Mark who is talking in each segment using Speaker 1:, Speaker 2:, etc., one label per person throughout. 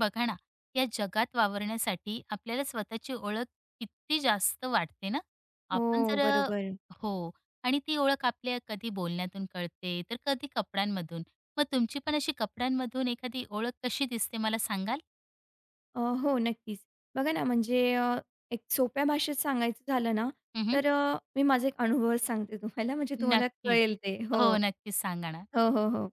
Speaker 1: बघा ना, या जगात वावरण्यासाठी आपल्याला स्वतःची ओळख किती जास्त वाटते ना. आपण
Speaker 2: हो,
Speaker 1: जर
Speaker 2: बरोबर.
Speaker 1: हो आणि ती ओळख आपल्या कधी बोलण्यातून कळते, तर कधी कपड्यांमधून. मग तुमची पण अशी कपड्यांमधून एखादी ओळख कशी दिसते मला सांगाल?
Speaker 2: हो, नक्कीच. बघा ना, म्हणजे एक सोप्या भाषेत सांगायचं झालं ना,
Speaker 1: हं,
Speaker 2: तर मी माझा एक अनुभव सांगते तुम्हाला, म्हणजे तुम्हाला
Speaker 1: नक्कीच.
Speaker 2: कळेल ते. हो.
Speaker 1: हो, नक्कीच सांगा ना.
Speaker 2: हो, हो, हो.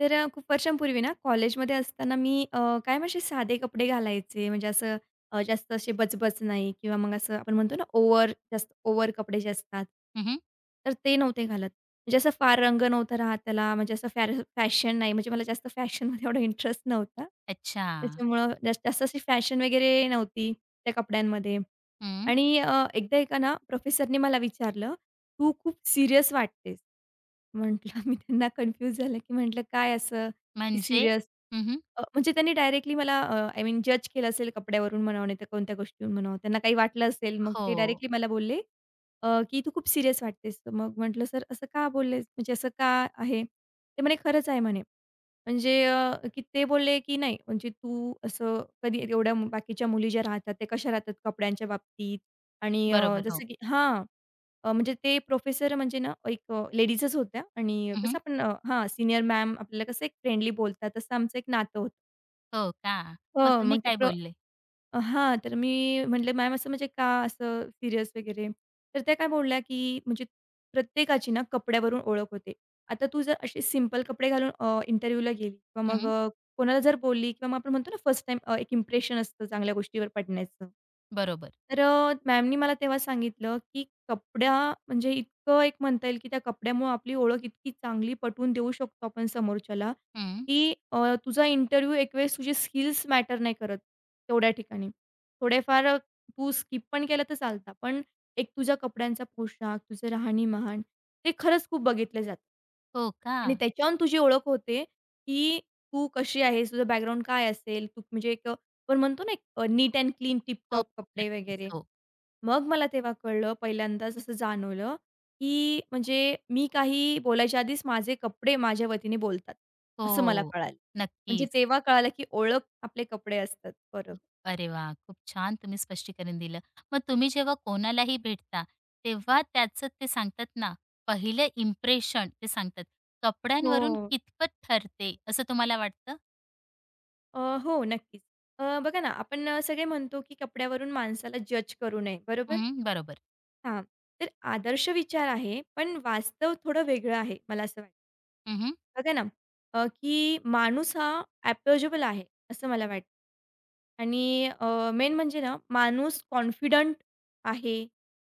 Speaker 2: तर खूप वर्षांपूर्वी ना कॉलेजमध्ये असताना मी कायम असे साधे कपडे घालायचे. म्हणजे असं जास्त असे बचबच नाही किंवा मग असं आपण म्हणतो ना ओव्हर जास्त ओव्हर कपडे जे असतात,
Speaker 1: हं,
Speaker 2: तर ते नव्हते घालत. म्हणजे असं फार रंग नव्हता राहत त्याला. म्हणजे असं फॅशन नाही. म्हणजे मला जास्त फॅशनमध्ये एवढा इंटरेस्ट नव्हता.
Speaker 1: अच्छा.
Speaker 2: त्याच्यामुळं जास्त जास्त अशी फॅशन वगैरे नव्हती त्या कपड्यांमध्ये.
Speaker 1: हं.
Speaker 2: आणि एकदा एका ना प्रोफेसरने मला विचारलं तू खूप सीरियस वाटतेस. म्हटलं मी त्यांना कन्फ्यूज झालं, की म्हटलं काय असं की
Speaker 1: म्हणजे?
Speaker 2: सीरियस?
Speaker 1: हं,
Speaker 2: म्हणजे त्यांनी डायरेक्टली मला आय मीन जज केलं असेल कपड्यावरून म्हणावं नाहीतर कोणत्या गोष्टीवरून म्हणावं. त्यांना काही वाटलं असेल मग ते
Speaker 1: हो.
Speaker 2: डायरेक्टली मला बोलले, की "तू खूप सीरियस वाटतेस." मग म्हटलं, "सर असं का बोललेस? म्हणजे असं का आहे?" ते म्हणे, "खरंच आहे." म्हणे. म्हणजे की ते बोलले, की "नाही म्हणजे तू असं कधी एवढ्या बाकीच्या मुली ज्या राहतात, त्या कशा राहतात कपड्यांच्या बाबतीत आणि
Speaker 1: बरोबर. हो.
Speaker 2: जसं की" हां. म्हणजे ते प्रोफेसर म्हणजे ना एक लेडीजच होत्या आणि
Speaker 1: हं,
Speaker 2: कसं आपण हां, सीनियर मॅम आपल्याला कसं एक फ्रेंडली बोलतात, तसं आमचं एक नातं होतं.
Speaker 1: हो का? मग
Speaker 2: हो,
Speaker 1: तुम्ही
Speaker 2: मग ते
Speaker 1: काय
Speaker 2: प्र
Speaker 1: बोलले?
Speaker 2: अ, हां, तर मी म्हटले, "मॅम असं म्हणजे का असं सीरियस वगैरे?" तर त्या काय बोलल्या, की म्हणजे प्रत्येकाची ना कपड्यावरून ओळख होते. आता तू जर असे सिंपल कपडे घालून इंटरव्ह्यूला गेली किंवा मग
Speaker 1: हं.
Speaker 2: अ, कोणाला जर बोलली किंवा मग आपण म्हणतो ना फर्स्ट टाईम एक इम्प्रेशन असतं चांगल्या गोष्टीवर पडण्याचं.
Speaker 1: बरोबर.
Speaker 2: तर मॅमनी मला तेव्हा सांगितलं, की कपड्या म्हणजे इतकं एक म्हणता येईल, की त्या कपड्यामुळं आपली ओळख इतकी चांगली पटवून देऊ शकतो आपण समोरच्याला,
Speaker 1: हं.
Speaker 2: की तुझा इंटरव्ह्यू एक वेळेस तुझे स्किल्स मॅटर नाही करत तेवढ्या ठिकाणी. थोडेफार तू स्किप पण केलं तर चालतं. पण एक तुझ्या कपड्यांचा पोशाख, तुझं राहणीमान ते खरंच खूप बघितलं जातं.
Speaker 1: हो का?
Speaker 2: आणि त्याच्यावरून तुझी ओळख होते, की तू कशी आहेस, तुझं बॅकग्राऊंड काय असेल, तू म्हणजे एक आपण म्हणतो ना, एक नीट अँड क्लीन
Speaker 1: हो,
Speaker 2: टिप-टॉप
Speaker 1: हो.
Speaker 2: कपडे
Speaker 1: नक्कीच.
Speaker 2: वगैरे.
Speaker 1: हो.
Speaker 2: मग मला तेव्हा कळलं पहिल्यांदाच असं जाणवलं, की म्हणजे मी काही बोलायच्या आधीच माझे कपडे माझ्या वतीने बोलतात, असं मला
Speaker 1: हो.
Speaker 2: कळालं. म्हणजे
Speaker 1: नक्कीच.
Speaker 2: तेव्हा कळालं, की ओळख आपले कपडे असतात. बरोबर.
Speaker 1: अरे वाह! खूप छान तुम्ही स्पष्टीकरण दिलं. मग तुम्ही जेव्हा कोणालाही भेटता, तेव्हा त्याचं ते सांगतात ना, पहिलं इम्प्रेशन ते सांगतात. कपड्यांवरून
Speaker 2: हो.
Speaker 1: कितपत ठरते, असं तुम्हाला वाटतं?
Speaker 2: अ, हो, नक्कीच. बघा ना, आपण सगळे म्हणतो, की कपड्यावरून माणसाला जज करू नये, बरोबर?
Speaker 1: हं, बरोबर.
Speaker 2: हां. तर आदर्श विचार आहे, पण वास्तव थोडं वेगळं आहे, मला असं वाटतं.
Speaker 1: हं, हं.
Speaker 2: बघा ना, की माणूस हा अप्रोचेबल आहे, असं मला वाटतं. आणि अ, मेन म्हणजे ना, माणूस कॉन्फिडंट आहे.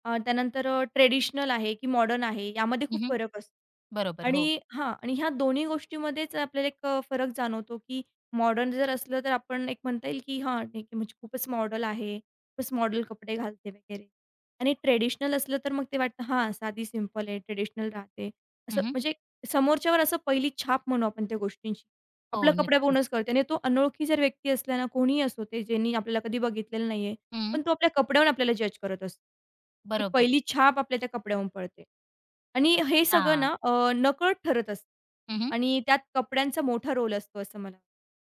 Speaker 2: त्यानंतर ट्रेडिशनल आहे की मॉडर्न आहे, यामध्ये खूप फरक असतो.
Speaker 1: बरोबर. हो.
Speaker 2: आणि हां. आणि ह्या दोन्ही गोष्टीमध्येच आपल्याला एक फरक जाणवतो, की मॉडर्न जर असलं तर आपण एक म्हणता येईल, की हां, ठीक आहे म्हणजे खूपच मॉडल आहे, खूपच मॉडल कपडे घालते वगैरे. आणि ट्रेडिशनल असलं तर मग ते वाटतं हां, साधी सिंपल आहे, ट्रेडिशनल राहते. असं
Speaker 1: हं, हं.
Speaker 2: म्हणजे समोरच्यावर असं पहिली छाप म्हणू आपण त्या गोष्टींची. आपला
Speaker 1: हो,
Speaker 2: कपडा
Speaker 1: नक्कीच.
Speaker 2: बघूनच कळते आणि तो अनोळखी जर व्यक्ती असला ना, कोणीही असो ते ज्यांनी आपल्याला कधी बघितलेलं नाहीये.
Speaker 1: हं.
Speaker 2: पण तो आपल्या कपड्यावरून आपल्याला जज करत असतो. ती
Speaker 1: बरोबर.
Speaker 2: पहिली छाप आपल्या त्या कपड्यावरून पडते. आणि हे
Speaker 1: अच्छा.
Speaker 2: सगळं ना नकळत ठरत असतं
Speaker 1: हं,
Speaker 2: आणि त्यात कपड्यांचा मोठा रोल असतो असं मला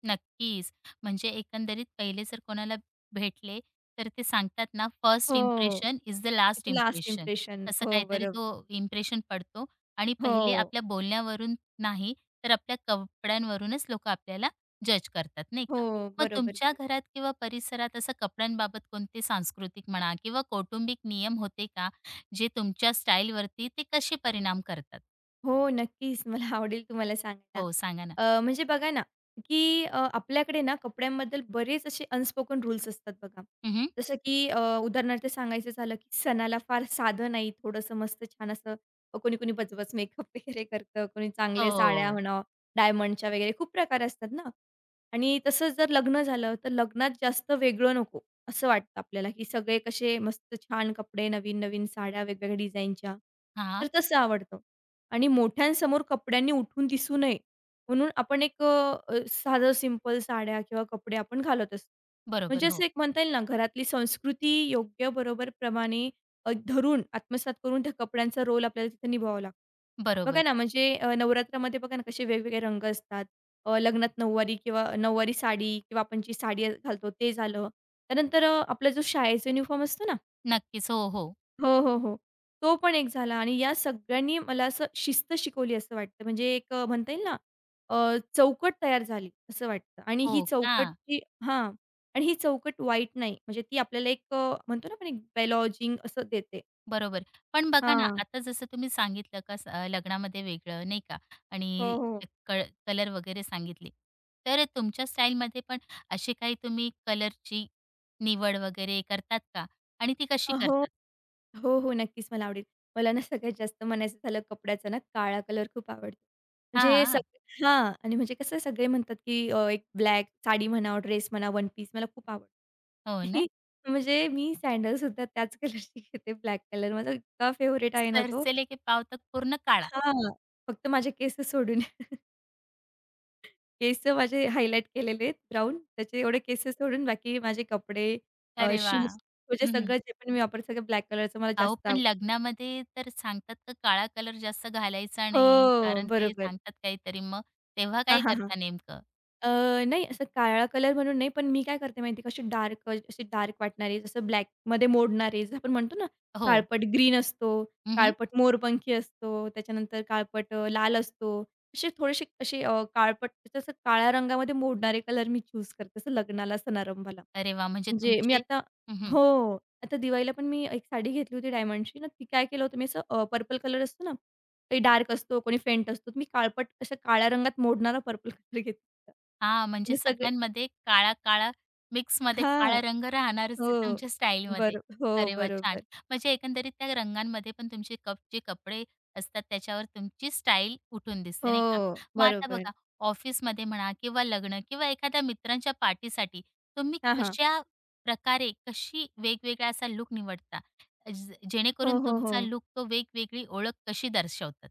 Speaker 1: नक्कीच. म्हणजे एकंदरीत पहिले जर कोणाला भेटले, तर ते सांगतात ना, फर्स्ट
Speaker 2: हो.
Speaker 1: Impression is the last
Speaker 2: last
Speaker 1: impression.
Speaker 2: Impression.
Speaker 1: असं
Speaker 2: हो,
Speaker 1: काहीतरी
Speaker 2: बरोबर.
Speaker 1: तो इम्प्रेशन पडतो आणि पहिले
Speaker 2: हो,
Speaker 1: आपल्या बोलण्यावरून नाही, तर आपल्या कपड्यांवरूनच लोकं आपल्याला जज करतात, नाही
Speaker 2: हो.
Speaker 1: का? मग
Speaker 2: बरोबर,
Speaker 1: तुमच्या
Speaker 2: बरोबर.
Speaker 1: घरात किंवा परिसरात असं कपड्यांबाबत कोणते सांस्कृतिक म्हणा किंवा कौटुंबिक नियम होते का? जे तुमच्या स्टाईलवरती ते कसे परिणाम करतात?
Speaker 2: हो, नक्कीच. मला आवडेल तुम्हाला सांगायला.
Speaker 1: हो, सांगा ना.
Speaker 2: म्हणजे बघा ना, की आपल्याकडे ना कपड्यांबद्दल बरेच असे अनस्पोकन रूल्स असतात बघा.
Speaker 1: हं,
Speaker 2: जसं की उदाहरणार्थ सांगायचं झालं, की सणाला फार साधं नाही, थोडंसं मस्त छान असं कोणी-कोणी बचबच मेकअप वगैरे करतं, कोणी चांगले साड्या
Speaker 1: हो.
Speaker 2: म्हणा, डायमंडच्या वगैरे खूप प्रकार असतात ना. आणि तसंच जर लग्न झालं, तर लग्नात जास्त वेगळं नको, असं वाटतं आपल्याला, की सगळे कसे मस्त छान कपडे, नवीन-नवीन साड्या वेगवेगळ्या डिझाईनच्या. तर
Speaker 1: हां.
Speaker 2: तसं आवडतं. आणि मोठ्यांसमोर कपड्यांनी उठून दिसू नये, म्हणून आपण एक अ, अ, साधं सिंपल साड्या किंवा कपडे आपण घालत असतो.
Speaker 1: बरोबर.
Speaker 2: म्हणजे
Speaker 1: हो.
Speaker 2: असं एक म्हणता येईल ना, घरातली संस्कृती योग्य बरोबर प्रमाणे धरून आत्मसात करून त्या कपड्यांचा रोल आपल्याला तिथे निभावावा लागतो. बघा
Speaker 1: बरोबर.
Speaker 2: ना, म्हणजे नवरात्रामध्ये बघा ना, कसे वेगवेगळे रंग असतात. लग्नात नऊवारी किंवा नऊवारी साडी किंवा आपण जी साडी घालतो ते झालं. त्यानंतर आपला जो शाळेचा युनिफॉर्म असतो ना
Speaker 1: नक्कीच. हो, हो.
Speaker 2: हो, हो, हो. तो पण एक झाला आणि या सगळ्यांनी मला असं शिस्त शिकवली असं वाटतं. म्हणजे एक म्हणता येईल ना चौकट तयार झाली असं वाटतं आणि
Speaker 1: हो
Speaker 2: ही
Speaker 1: का?
Speaker 2: चौकट जी हां. आणि ही चौकट वाईट नाही. म्हणजे ती आपल्याला एक म्हणतो ना आपण एक बेलॉजिंग असं देते.
Speaker 1: बरोबर. पण बघा ना,
Speaker 2: हां.
Speaker 1: आता जसं तुम्ही सांगितलं का स लग्नामध्ये वेगळं नाही का
Speaker 2: हो,
Speaker 1: आणि
Speaker 2: हो.
Speaker 1: कलर वगैरे सांगितले. तर तुमच्या स्टाईलमध्ये पण अशी काही तुम्ही कलरची निवड वगैरे करतात का? आणि ती कशी
Speaker 2: हो.
Speaker 1: करतात?
Speaker 2: हो, हो. नक्कीच मला आवडेल. मला ना सगळ्यात जास्त म्हणायचं झालं कपड्याचा ना काळा कलर खूप आवडतो. म्हणजे
Speaker 1: हां.
Speaker 2: हां. आणि म्हणजे कसं सगळे म्हणतात, की एक ब्लॅक साडी म्हणा, ड्रेस म्हणा, वन पीस मला खूप आवडतो.
Speaker 1: हो ना?
Speaker 2: म्हणजे मी सँडलसुद्धा त्याच कलरची घेते ब्लॅक कलर माझा इतका फेव्हरेट आहे ना तो.
Speaker 1: "सरसेले के पाँव तक पूर्ण काळा."
Speaker 2: हां. फक्त माझे केस सोडून. केस माझे हायलाइट केलेले आहेत ब्राउन. त्याचे एवढे केस सोडून बाकी माझे कपडे,
Speaker 1: अरे
Speaker 2: शूज
Speaker 1: वाह!
Speaker 2: म्हणजे
Speaker 1: हं,
Speaker 2: सगळं जे पण मी वापरते सगळं ब्लॅक कलरचं मला
Speaker 1: अहो,
Speaker 2: जास्त
Speaker 1: पण
Speaker 2: आवडतं.
Speaker 1: लग्नामध्ये तर सांगतात का काळा कलर जास्त घालायचा नाही,
Speaker 2: हो,
Speaker 1: कारण ते
Speaker 2: बरोबर.
Speaker 1: सांगतात काहीतरी. मग तेव्हा
Speaker 2: हां,
Speaker 1: काय
Speaker 2: हां, हां.
Speaker 1: करता नेमकं?
Speaker 2: अ, नाही असं काळा कलर म्हणून नाही, पण मी काय करते माहिती आहे का, अशी डार्क वाटणारे, जसं ब्लॅकमध्ये मोडणारे, जसं आपण म्हणतो ना,
Speaker 1: हो.
Speaker 2: काळपट ग्रीन असतो,
Speaker 1: हं,
Speaker 2: काळपट मोरपंखी असतो, त्याच्यानंतर काळपट लाल असतो. असे थोडेसे असे काळपट जसं काळ्या रंगामध्ये मोडणारे कलर मी चूज करते, जसं लग्नाला, समारंभाला.
Speaker 1: अरे वा म्हणजे
Speaker 2: म्हणजे मी
Speaker 1: तुमचे
Speaker 2: आता
Speaker 1: हं, हं.
Speaker 2: हो. आता दिवाळीला पण मी एक साडी घेतली होती डायमंडची ना, ती काय केलं होतं मी असं पर्पल कलर असतो ना, काही डार्क असतो, कोणी फेंट असतो. मी काळपट अशा काळ्या रंगात मोडणारा पर्पल कलर घेतला होता.
Speaker 1: हां, म्हणजे
Speaker 2: आणि सगळे
Speaker 1: सगळ्यांमध्ये काळा-काळा मिक्समध्ये
Speaker 2: हां.
Speaker 1: काळा रंग राहणारच
Speaker 2: हो.
Speaker 1: आहे तुमच्या स्टाईलमध्ये.
Speaker 2: हो,
Speaker 1: अरे वाह! छान.
Speaker 2: बरोबर.
Speaker 1: म्हणजे एकंदरीत त्या रंगांमध्ये पण तुमचे कप जे कपडे असतात त्याच्यावर तुमची स्टाईल उठून
Speaker 2: हो,
Speaker 1: दिसते नाही का? मग आता
Speaker 2: बरोबर.
Speaker 1: बघा ऑफिसमध्ये म्हणा किंवा लग्न किंवा एखाद्या मित्रांच्या पार्टीसाठी तुम्ही
Speaker 2: हां, हां.
Speaker 1: कशा प्रकारे, कशी वेगवेगळा असा लूक निवडता? ज
Speaker 2: हो,
Speaker 1: जेणेकरून
Speaker 2: हो, हो.
Speaker 1: तुमचा लूक तो वेगवेगळी ओळख कशी दर्शवतात?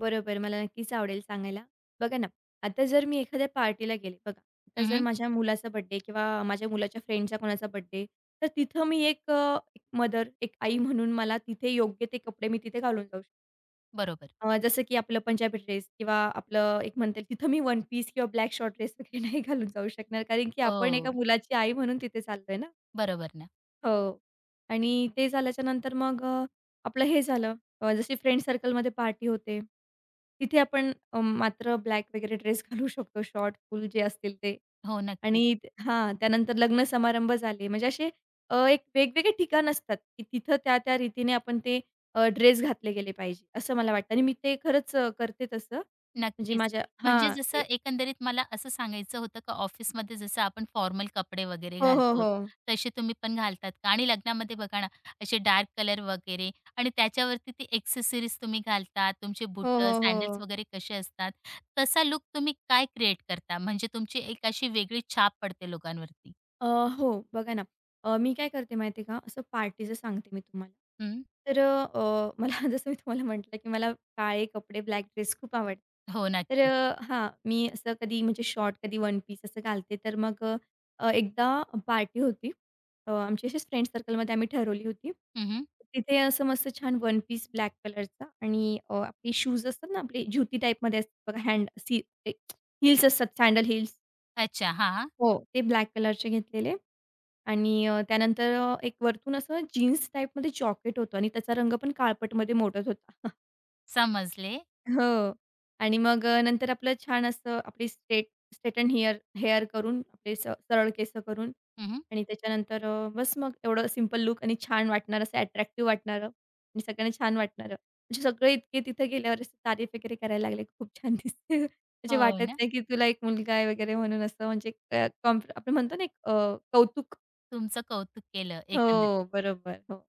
Speaker 2: बरोबर. मला नक्कीच आवडेल सांगायला. बघा ना, आता जर मी एखाद्या पार्टीला गेले बघा, आता जर
Speaker 1: हं,
Speaker 2: माझ्या मुलाचा बर्थडे किंवा माझ्या मुलाच्या फ्रेंडचा कोणाचा बर्थडे, तर तिथं मी एक मदर, एक आई म्हणून मला तिथे योग्य ते कपडे मी तिथे घालून जाऊ शकते.
Speaker 1: बरोबर.
Speaker 2: जसं की आपलं पंजाबी ड्रेस किंवा आपलं एक म्हणता येईल तिथं मी वन पीस किंवा ब्लॅक शॉर्ट ड्रेस वगैरे नाही घालून जाऊ शकणार कारण की आपण एका
Speaker 1: हो.
Speaker 2: मुलाची आई म्हणून तिथे चाललोय ना.
Speaker 1: बरोबर ना.
Speaker 2: हो. आणि ते झाल्याच्यानंतर मग आपलं हे झालं जशी फ्रेंड सर्कलमध्ये पार्टी होते. तिथे आपण मात्र ब्लॅक वगैरे ड्रेस घालू शकतो शॉर्ट, फुल जे असतील ते.
Speaker 1: हो, नक्कीच,
Speaker 2: आणि हां, त्यानंतर लग्न समारंभ झाले. म्हणजे असे एक वेगवेगळे ठिकाण असतात, की तिथं त्या-त्या रीतीने आपण ते ड्रेस घातले गेले पाहिजे, असं मला वाटतं. आणि मी ते खरंच करते तसं. म्हणजे
Speaker 1: नक्कीच.
Speaker 2: माझ्या
Speaker 1: म्हणजे
Speaker 2: हां.
Speaker 1: जसं
Speaker 2: ते
Speaker 1: एकंदरीत मला असं सांगायचं होतं का ऑफिसमध्ये जसं आपण फॉर्मल कपडे वगैरे
Speaker 2: हो, हो,
Speaker 1: घालतो,
Speaker 2: हो.
Speaker 1: तसे तुम्ही पण घालतात का? आणि लग्नामध्ये बघा ना, असे डार्क कलर वगैरे आणि त्याच्यावरती ती एक्सेसरीज तुम्ही घालतात, तुमचे
Speaker 2: हो,
Speaker 1: बुटं,
Speaker 2: हो,
Speaker 1: सँडल्स
Speaker 2: हो.
Speaker 1: वगैरे कसे असतात. तसा लूक तुम्ही काय क्रिएट करता? म्हणजे तुमची एक अशी वेगळी छाप पडते लोकांवरती.
Speaker 2: अ, हो, बघा ना, मी काय करते माहिती आहे का? असं पार्टीचं सांगते मी तुम्हाला.
Speaker 1: हं.
Speaker 2: तर मला जसं मी तुम्हाला म्हटलं, की मला काळे कपडे, ब्लॅक ड्रेस खूप आवडतात.
Speaker 1: हो,
Speaker 2: तर
Speaker 1: नक्कीच.
Speaker 2: हां, मी असं कधी म्हणजे शॉर्ट, कधी वन पीस असं घालते. तर मग एकदा पार्टी होती. आमची अशीच फ्रेंड सर्कलमध्ये आम्ही ठरवली होती.
Speaker 1: हं,
Speaker 2: तिथे असं मस्त छान वन पीस ब्लॅक कलरचा आणि आपले शूज असतात ना, आपले ज्युती टाईपमध्ये असतात बघा, हँड सी हिल्स असतात, सँडल हिल्स.
Speaker 1: अच्छा. हां,
Speaker 2: हो. ते ब्लॅक कलरचे घेतलेले. आणि त्यानंतर एक वरतून असं जीन्स टाईपमध्ये जॉकेट होतं आणि त्याचा रंग पण काळपटमध्ये मोडत होता.
Speaker 1: समजले.
Speaker 2: हो. आणि मग नंतर आपलं छान असं आपली स्ट्रेटन हेअर हेअर करून आपले सरळ केसं करून
Speaker 1: हं.
Speaker 2: आणि त्याच्यानंतर बस मग एवढं सिंपल लुक आणि छान वाटणारं, असं अट्रॅक्टिव्ह वाटणारं आणि सगळ्यांना छान वाटणारं. म्हणजे सगळे इतके तिथे गेल्यावर असे तारीफ वगैरे करायला लागले. खूप छान दिसते. म्हणजे
Speaker 1: हो
Speaker 2: वाटत
Speaker 1: ना.
Speaker 2: नाही की तुला एक मुलगा आहे वगैरे म्हणून असं म्हणजे आपण म्हणतो ना एक कौतुक.
Speaker 1: तुमचं कौतुक केलं एकंदरीत.
Speaker 2: हो, बरोबर. हो.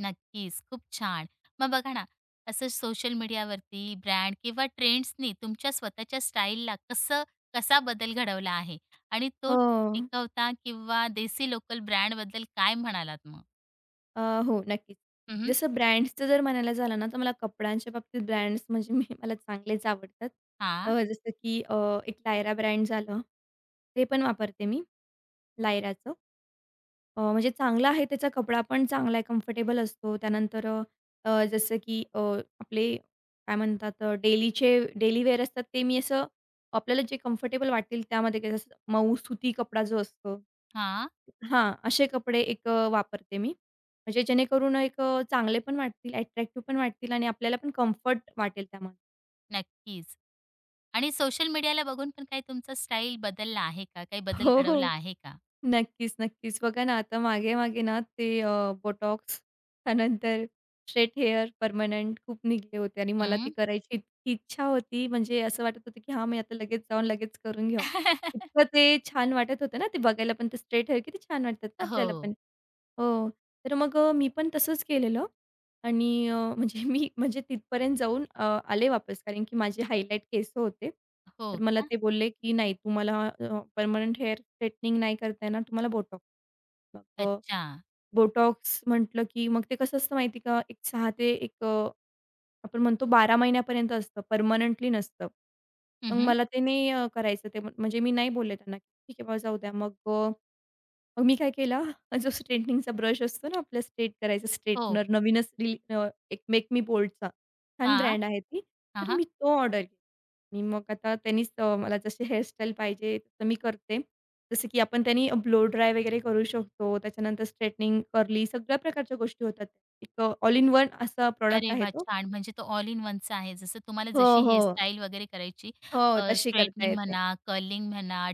Speaker 1: नक्कीच, खूप छान. मग बघा ना, असं सोशल मीडियावरती ब्रँड किंवा ट्रेंड्सनी तुमच्या स्वतःच्या स्टाईलला कसं कसा बदल घडवला आहे? आणि तो
Speaker 2: हो.
Speaker 1: टिकवता किंवा देसी लोकल ब्रँडबद्दल काय म्हणालात मग?
Speaker 2: अ, हो, नक्कीच.
Speaker 1: हं, हं.
Speaker 2: जसं ब्रँड्सचं जर म्हणायला झालं ना, तर मला कपड्यांच्या बाबतीत ब्रँड्स म्हणजे मी मला चांगलेच आवडतात.
Speaker 1: हां,
Speaker 2: जसं की एक लायरा ब्रँड झालं, ते पण वापरते मी लायराचं. म्हणजे चांगलं आहे त्याचा कपडा पण चांगला आहे, कम्फर्टेबल असतो. त्यानंतर अ, अ, जसं की अ, आपले काय म्हणतात डेलीचे डेली वेअर असतात ते मी असं आपल्याला जे कम्फर्टेबल वाटेल त्यामध्ये जसं मऊ सुती कपडा जो असतो
Speaker 1: हां.
Speaker 2: हां, असे कपडे एक वापरते मी. म्हणजे जेणेकरून एक चांगले पण वाटतील, अट्रॅक्टिव्ह पण वाटतील आणि आपल्याला पण कम्फर्ट वाटेल त्यामध्ये.
Speaker 1: नक्कीच. आणि सोशल मीडियाला बघून पण काही तुमचा स्टाईल बदलला आहे का? काही बदल
Speaker 2: हो, हो.
Speaker 1: घडवला आहे का?
Speaker 2: नक्कीच, नक्कीच. बघा ना, आता मागे-मागे ना ते बोटॉक्स त्यानंतर स्ट्रेट हेअर परमनंट खूप निघले होते आणि मला
Speaker 1: हं.
Speaker 2: ती करायची इतकी इच्छा होती. म्हणजे असं वाटत होतं, की हां, मी आता लगेच जाऊन लगेच करून घ्यावं. इतकं ते छान वाटत होतं ना, ते बघायला पण ते स्ट्रेट हेअर किती छान वाटतात ना
Speaker 1: हो.
Speaker 2: आपल्याला पण. हो, तर मग मी पण तसंच केलेलं. आणि म्हणजे मी म्हणजे तिथपर्यंत जाऊन आले वापस कारण की माझे हायलाइट केस होते.
Speaker 1: हो
Speaker 2: तर मला
Speaker 1: का?
Speaker 2: ते बोलले, की "नाही तुम्हाला परमनंट हेअर स्ट्रेटनिंग नाही करता येणार, तुम्हाला बोटॉक्स." मग
Speaker 1: अच्छा.
Speaker 2: बोटॉक्स म्हटलं, की मग ते कसं असतं माहिती का? एक 6 ते एक आपण म्हणतो 12 महिन्यापर्यंत असतं, परमनंटली नसतं. मग
Speaker 1: हं,
Speaker 2: मला ते नाही करायचं ते म्हणजे मी नाही बोलले त्यांना, "ठीक आहे बाबा जाऊ द्या." मग मी काय केलं, जो स्ट्रेटनिंगचा ब्रश असतो ना आपला स्ट्रेट करायचा
Speaker 1: हो.
Speaker 2: स्ट्रेटनर नवीनच एक मेक मी बोल्डचा छान
Speaker 1: हां.
Speaker 2: ब्रँड आहे ती. तर
Speaker 1: हां,
Speaker 2: मी तो ऑर्डर केला आणि मग आता त्यांनीच मला जशी हेअरस्टाईल पाहिजे तसं मी करते. जसं की आपण त्यांनी ब्लो ड्राय वगैरे करू शकतो. त्याच्यानंतर स्ट्रेटनिंग, कर्ली सगळ्या प्रकारच्या गोष्टी होतात. एक ऑल इन वन असा प्रॉडक्ट
Speaker 1: अरे
Speaker 2: आहे
Speaker 1: वाह!
Speaker 2: तो.
Speaker 1: छान. म्हणजे तो ऑल इन वनचा आहे. जसं तुम्हाला
Speaker 2: हो,
Speaker 1: जशी
Speaker 2: हो.
Speaker 1: हेअरस्टाईल वगैरे करायची
Speaker 2: हो, तशी करता
Speaker 1: स्ट्रेटनिंग
Speaker 2: येते.
Speaker 1: म्हणा, कर्लिंग म्हणा,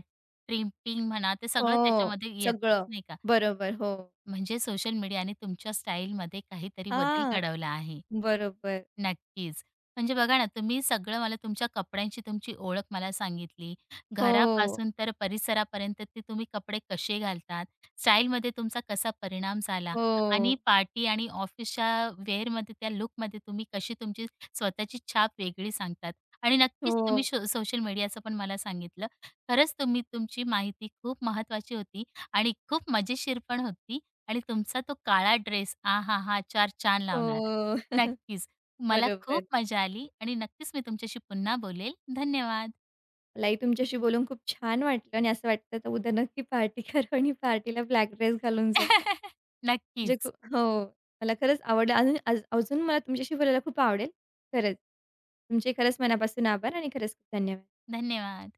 Speaker 1: ट्रिपिंग म्हणा, ते
Speaker 2: हो,
Speaker 1: सगळं त्याच्यामध्ये येतच
Speaker 2: सगळं.
Speaker 1: नाही का.
Speaker 2: बरोबर, हो.
Speaker 1: म्हणजे सोशल मीडियाने तुमच्या स्टाईलमध्ये काहीतरी बदल
Speaker 2: हां.
Speaker 1: घडवला आहे.
Speaker 2: बरोबर.
Speaker 1: नक्कीच. म्हणजे बघा ना, तुम्ही सगळं मला तुमच्या कपड्यांची तुमची ओळख मला सांगितली.
Speaker 2: हो,
Speaker 1: घरापासून तर परिसरापर्यंत ते तुम्ही कपडे कसे घालतात, स्टाईलमध्ये तुमचा कसा परिणाम झाला आणि
Speaker 2: हो.
Speaker 1: पार्टी आणि ऑफिसच्या वेअरमध्ये त्या लूकमध्ये तुम्ही कशी तुमची स्वतःची छाप वेगळी सांगतात आणि नक्कीच तुम्ही
Speaker 2: हो,
Speaker 1: शो सोशल मीडियाचं पण मला सांगितलं. खरंच तुम्ही तुमची माहिती खूप महत्त्वाची होती आणि खूप मजेशीर पण होती आणि तुमचा तो काळा ड्रेस आहाहा! चार चाँद लावणारा.
Speaker 2: हो.
Speaker 1: नक्कीच. मला खूप
Speaker 2: बरोबर.
Speaker 1: मजा आली आणि नक्कीच मी तुमच्याशी पुन्हा बोलेल. धन्यवाद.
Speaker 2: मलाही तुमच्याशी बोलून खूप छान वाटलं आणि असं वाटतं तर उद्या नक्की पार्टी करावं आणि पार्टीला ब्लॅक ड्रेस घालून जावं. जे
Speaker 1: नक्कीच.
Speaker 2: खूप हो. मला खरंच आवडलं. अजून मला तुमच्याशी बोलायला खूप आवडेल. खरंच. तुमचे खरंच मनापासून आभार आणि खरंच खूप धन्यवाद.
Speaker 1: धन्यवाद.